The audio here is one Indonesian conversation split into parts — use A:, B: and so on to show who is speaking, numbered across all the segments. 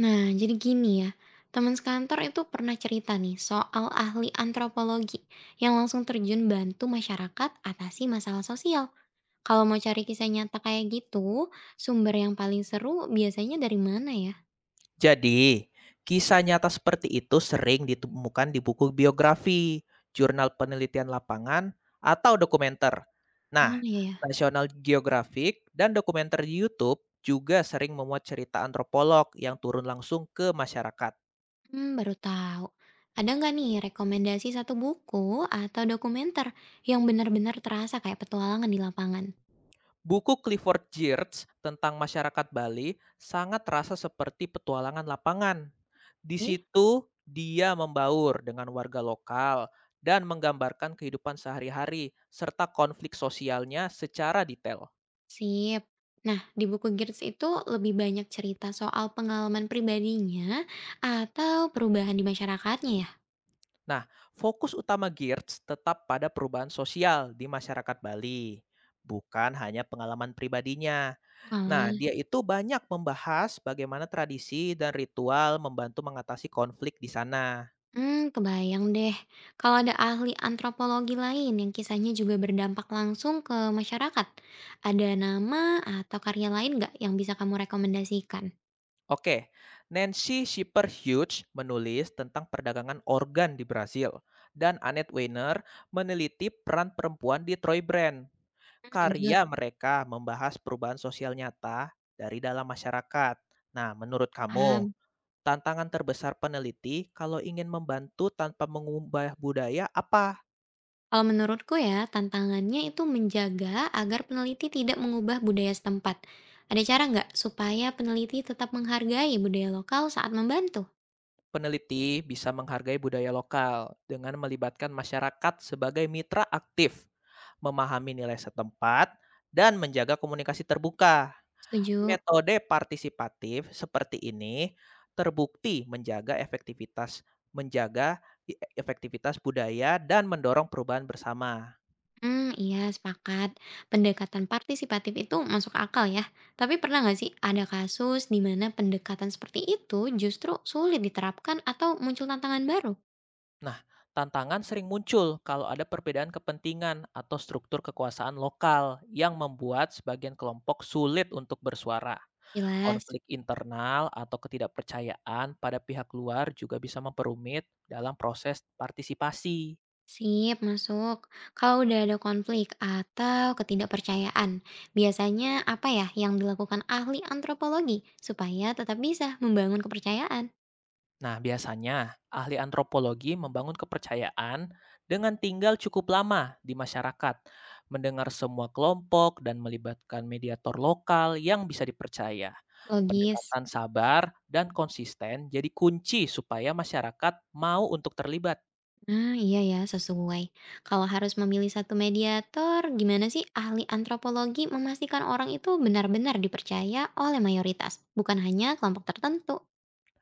A: Nah, jadi gini ya, teman sekantor itu pernah cerita nih soal ahli antropologi yang langsung terjun bantu masyarakat atasi masalah sosial. Kalau mau cari kisah nyata kayak gitu, sumber yang paling seru biasanya dari mana ya?
B: Jadi, kisah nyata seperti itu sering ditemukan di buku biografi, jurnal penelitian lapangan, atau dokumenter.
A: Ah,
B: Nah,
A: iya ya.
B: National Geographic dan dokumenter di YouTube juga sering memuat cerita antropolog yang turun langsung ke masyarakat.
A: Hmm, baru tahu. Ada nggak nih rekomendasi satu buku atau dokumenter yang benar-benar terasa kayak petualangan di lapangan?
B: Buku Clifford Geertz tentang masyarakat Bali sangat terasa seperti petualangan lapangan. Di
A: Oke?
B: situ, dia membaur dengan warga lokal dan menggambarkan kehidupan sehari-hari serta konflik sosialnya secara detail.
A: Sip. Nah, di buku Girls itu lebih banyak cerita soal pengalaman pribadinya atau perubahan di masyarakatnya ya?
B: Nah, fokus utama Geertz tetap pada perubahan sosial di masyarakat Bali, bukan hanya pengalaman pribadinya. Nah,
A: Malah,
B: dia itu banyak membahas bagaimana tradisi dan ritual membantu mengatasi konflik di sana.
A: hmm, kebayang deh. Kalau ada ahli antropologi lain yang kisahnya juga berdampak langsung ke masyarakat, ada nama atau karya lain nggak yang bisa kamu rekomendasikan?
B: Oke, Nancy Shipper Hughes menulis tentang perdagangan organ di Brasil, dan Annette Weiner meneliti peran perempuan di Troy Brand.
A: Hmm, lanjut,
B: Karya mereka membahas perubahan sosial nyata dari dalam masyarakat. Nah, menurut kamu,
A: paham.
B: tantangan terbesar peneliti kalau ingin membantu tanpa mengubah budaya apa?
A: Kalau menurutku ya, tantangannya itu menjaga agar peneliti tidak mengubah budaya setempat. Ada cara nggak supaya peneliti tetap menghargai budaya lokal saat membantu?
B: Peneliti bisa menghargai budaya lokal dengan melibatkan masyarakat sebagai mitra aktif, memahami nilai setempat, dan menjaga komunikasi terbuka.
A: Setuju.
B: Metode partisipatif seperti ini terbukti menjaga efektivitas budaya dan mendorong perubahan bersama.
A: Hmm, iya sepakat. Pendekatan partisipatif itu masuk akal ya. Tapi pernah nggak sih ada kasus di mana pendekatan seperti itu justru sulit diterapkan atau muncul tantangan baru?
B: Nah, tantangan sering muncul kalau ada perbedaan kepentingan atau struktur kekuasaan lokal yang membuat sebagian kelompok sulit untuk bersuara.
A: Jelas.
B: Konflik internal atau ketidakpercayaan pada pihak luar juga bisa memperumit dalam proses partisipasi.
A: Sip, masuk. Kalau udah ada konflik atau ketidakpercayaan, biasanya apa ya yang dilakukan ahli antropologi supaya tetap bisa membangun kepercayaan?
B: Nah, biasanya ahli antropologi membangun kepercayaan dengan tinggal cukup lama di masyarakat, mendengar semua kelompok dan melibatkan mediator lokal yang bisa dipercaya.
A: Logis.
B: Pendekatan sabar dan konsisten jadi kunci supaya masyarakat mau untuk terlibat.
A: Nah, iya ya, sesuai. Kalau harus memilih satu mediator, gimana sih ahli antropologi memastikan orang itu benar-benar dipercaya oleh mayoritas, bukan hanya kelompok tertentu?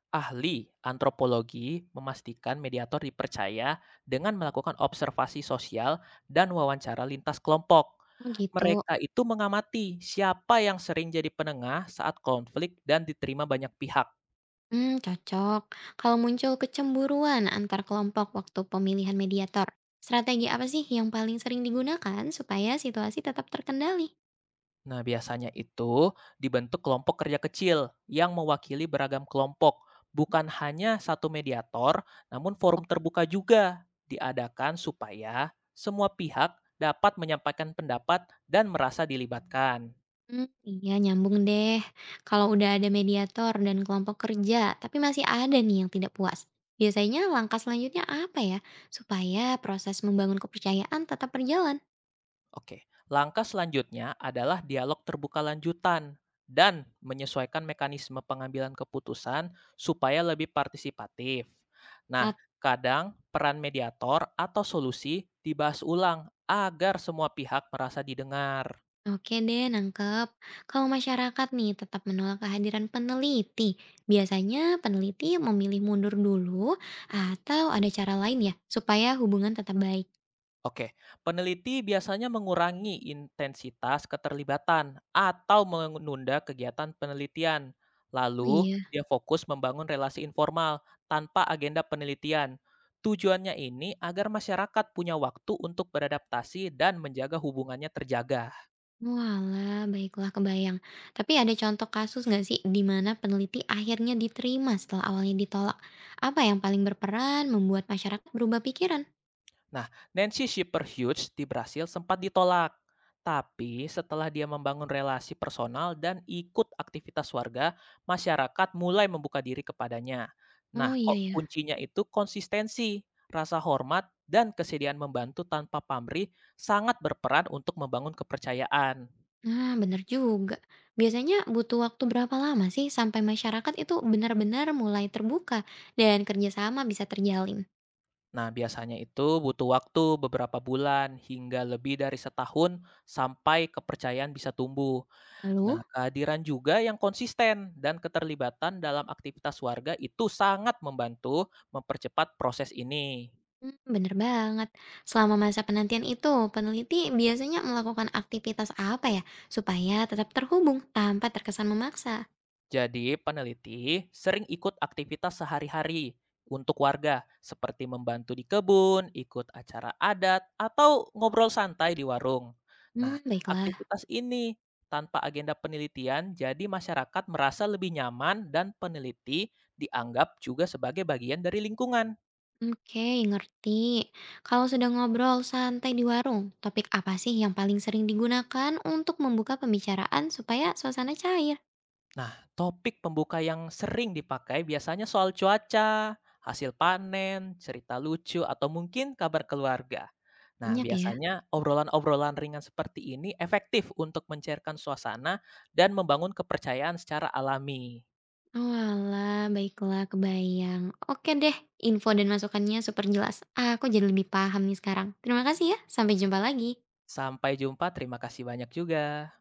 B: Ahli antropologi memastikan mediator dipercaya dengan melakukan observasi sosial dan wawancara lintas kelompok.
A: Oh gitu.
B: Mereka itu mengamati siapa yang sering jadi penengah saat konflik dan diterima banyak pihak.
A: Hmm, cocok. Kalau muncul kecemburuan antar kelompok waktu pemilihan mediator, strategi apa sih yang paling sering digunakan supaya situasi tetap terkendali?
B: Nah, biasanya itu dibentuk kelompok kerja kecil yang mewakili beragam kelompok, bukan hanya satu mediator, namun forum terbuka juga diadakan supaya semua pihak dapat menyampaikan pendapat dan merasa dilibatkan.
A: Hmm, iya, nyambung deh. Kalau udah ada mediator dan kelompok kerja, tapi masih ada nih yang tidak puas. Biasanya langkah selanjutnya apa ya? Supaya proses membangun kepercayaan tetap berjalan.
B: Oke, langkah selanjutnya adalah dialog terbuka lanjutan dan menyesuaikan mekanisme pengambilan keputusan supaya lebih partisipatif. Nah, kadang peran mediator atau solusi dibahas ulang agar semua pihak merasa didengar.
A: Oke deh, nangkep. Kalau masyarakat nih tetap menolak kehadiran peneliti, biasanya peneliti memilih mundur dulu atau ada cara lain ya supaya hubungan tetap baik.
B: Oke, peneliti biasanya mengurangi intensitas keterlibatan atau menunda kegiatan penelitian.
A: Oh
B: Lalu,
A: iya,
B: dia fokus membangun relasi informal tanpa agenda penelitian. Tujuannya ini agar masyarakat punya waktu untuk beradaptasi dan menjaga hubungannya terjaga.
A: walah, baiklah kebayang. Tapi ada contoh kasus nggak sih di mana peneliti akhirnya diterima setelah awalnya ditolak? Apa yang paling berperan membuat masyarakat berubah pikiran?
B: Nah, Nancy Shepherd-Hughes di Brasil sempat ditolak. Tapi setelah dia membangun relasi personal dan ikut aktivitas warga, masyarakat mulai membuka diri kepadanya.
A: Oh
B: Nah,
A: iya
B: kok
A: ya.
B: kuncinya itu konsistensi, rasa hormat, dan kesediaan membantu tanpa pamrih sangat berperan untuk membangun kepercayaan.
A: Nah, bener juga. Biasanya butuh waktu berapa lama sih sampai masyarakat itu benar-benar mulai terbuka dan kerjasama bisa terjalin?
B: Nah, biasanya itu butuh waktu beberapa bulan hingga lebih dari setahun sampai kepercayaan bisa tumbuh.
A: Lalu,
B: Nah, kehadiran juga yang konsisten dan keterlibatan dalam aktivitas warga itu sangat membantu mempercepat proses ini.
A: hmm, bener banget. Selama masa penantian itu, peneliti biasanya melakukan aktivitas apa ya supaya tetap terhubung tanpa terkesan memaksa?
B: Jadi, peneliti sering ikut aktivitas sehari-hari untuk warga, seperti membantu di kebun, ikut acara adat, atau ngobrol santai di warung.
A: Hmm,
B: Nah,
A: baiklah.
B: aktivitas ini tanpa agenda penelitian, jadi masyarakat merasa lebih nyaman dan peneliti dianggap juga sebagai bagian dari lingkungan.
A: Oke, ngerti. Kalau sedang ngobrol santai di warung, topik apa sih yang paling sering digunakan untuk membuka pembicaraan supaya suasana cair?
B: Nah, topik pembuka yang sering dipakai biasanya soal cuaca, hasil panen, cerita lucu, atau mungkin kabar keluarga. Nah,
A: Banyak ya.
B: biasanya obrolan-obrolan ringan seperti ini efektif untuk mencairkan suasana dan membangun kepercayaan secara alami.
A: Oalah, baiklah kebayang. Oke deh, info dan masukannya super jelas. Aku jadi lebih paham nih sekarang. Terima kasih ya, sampai jumpa lagi.
B: Sampai jumpa, terima kasih banyak juga.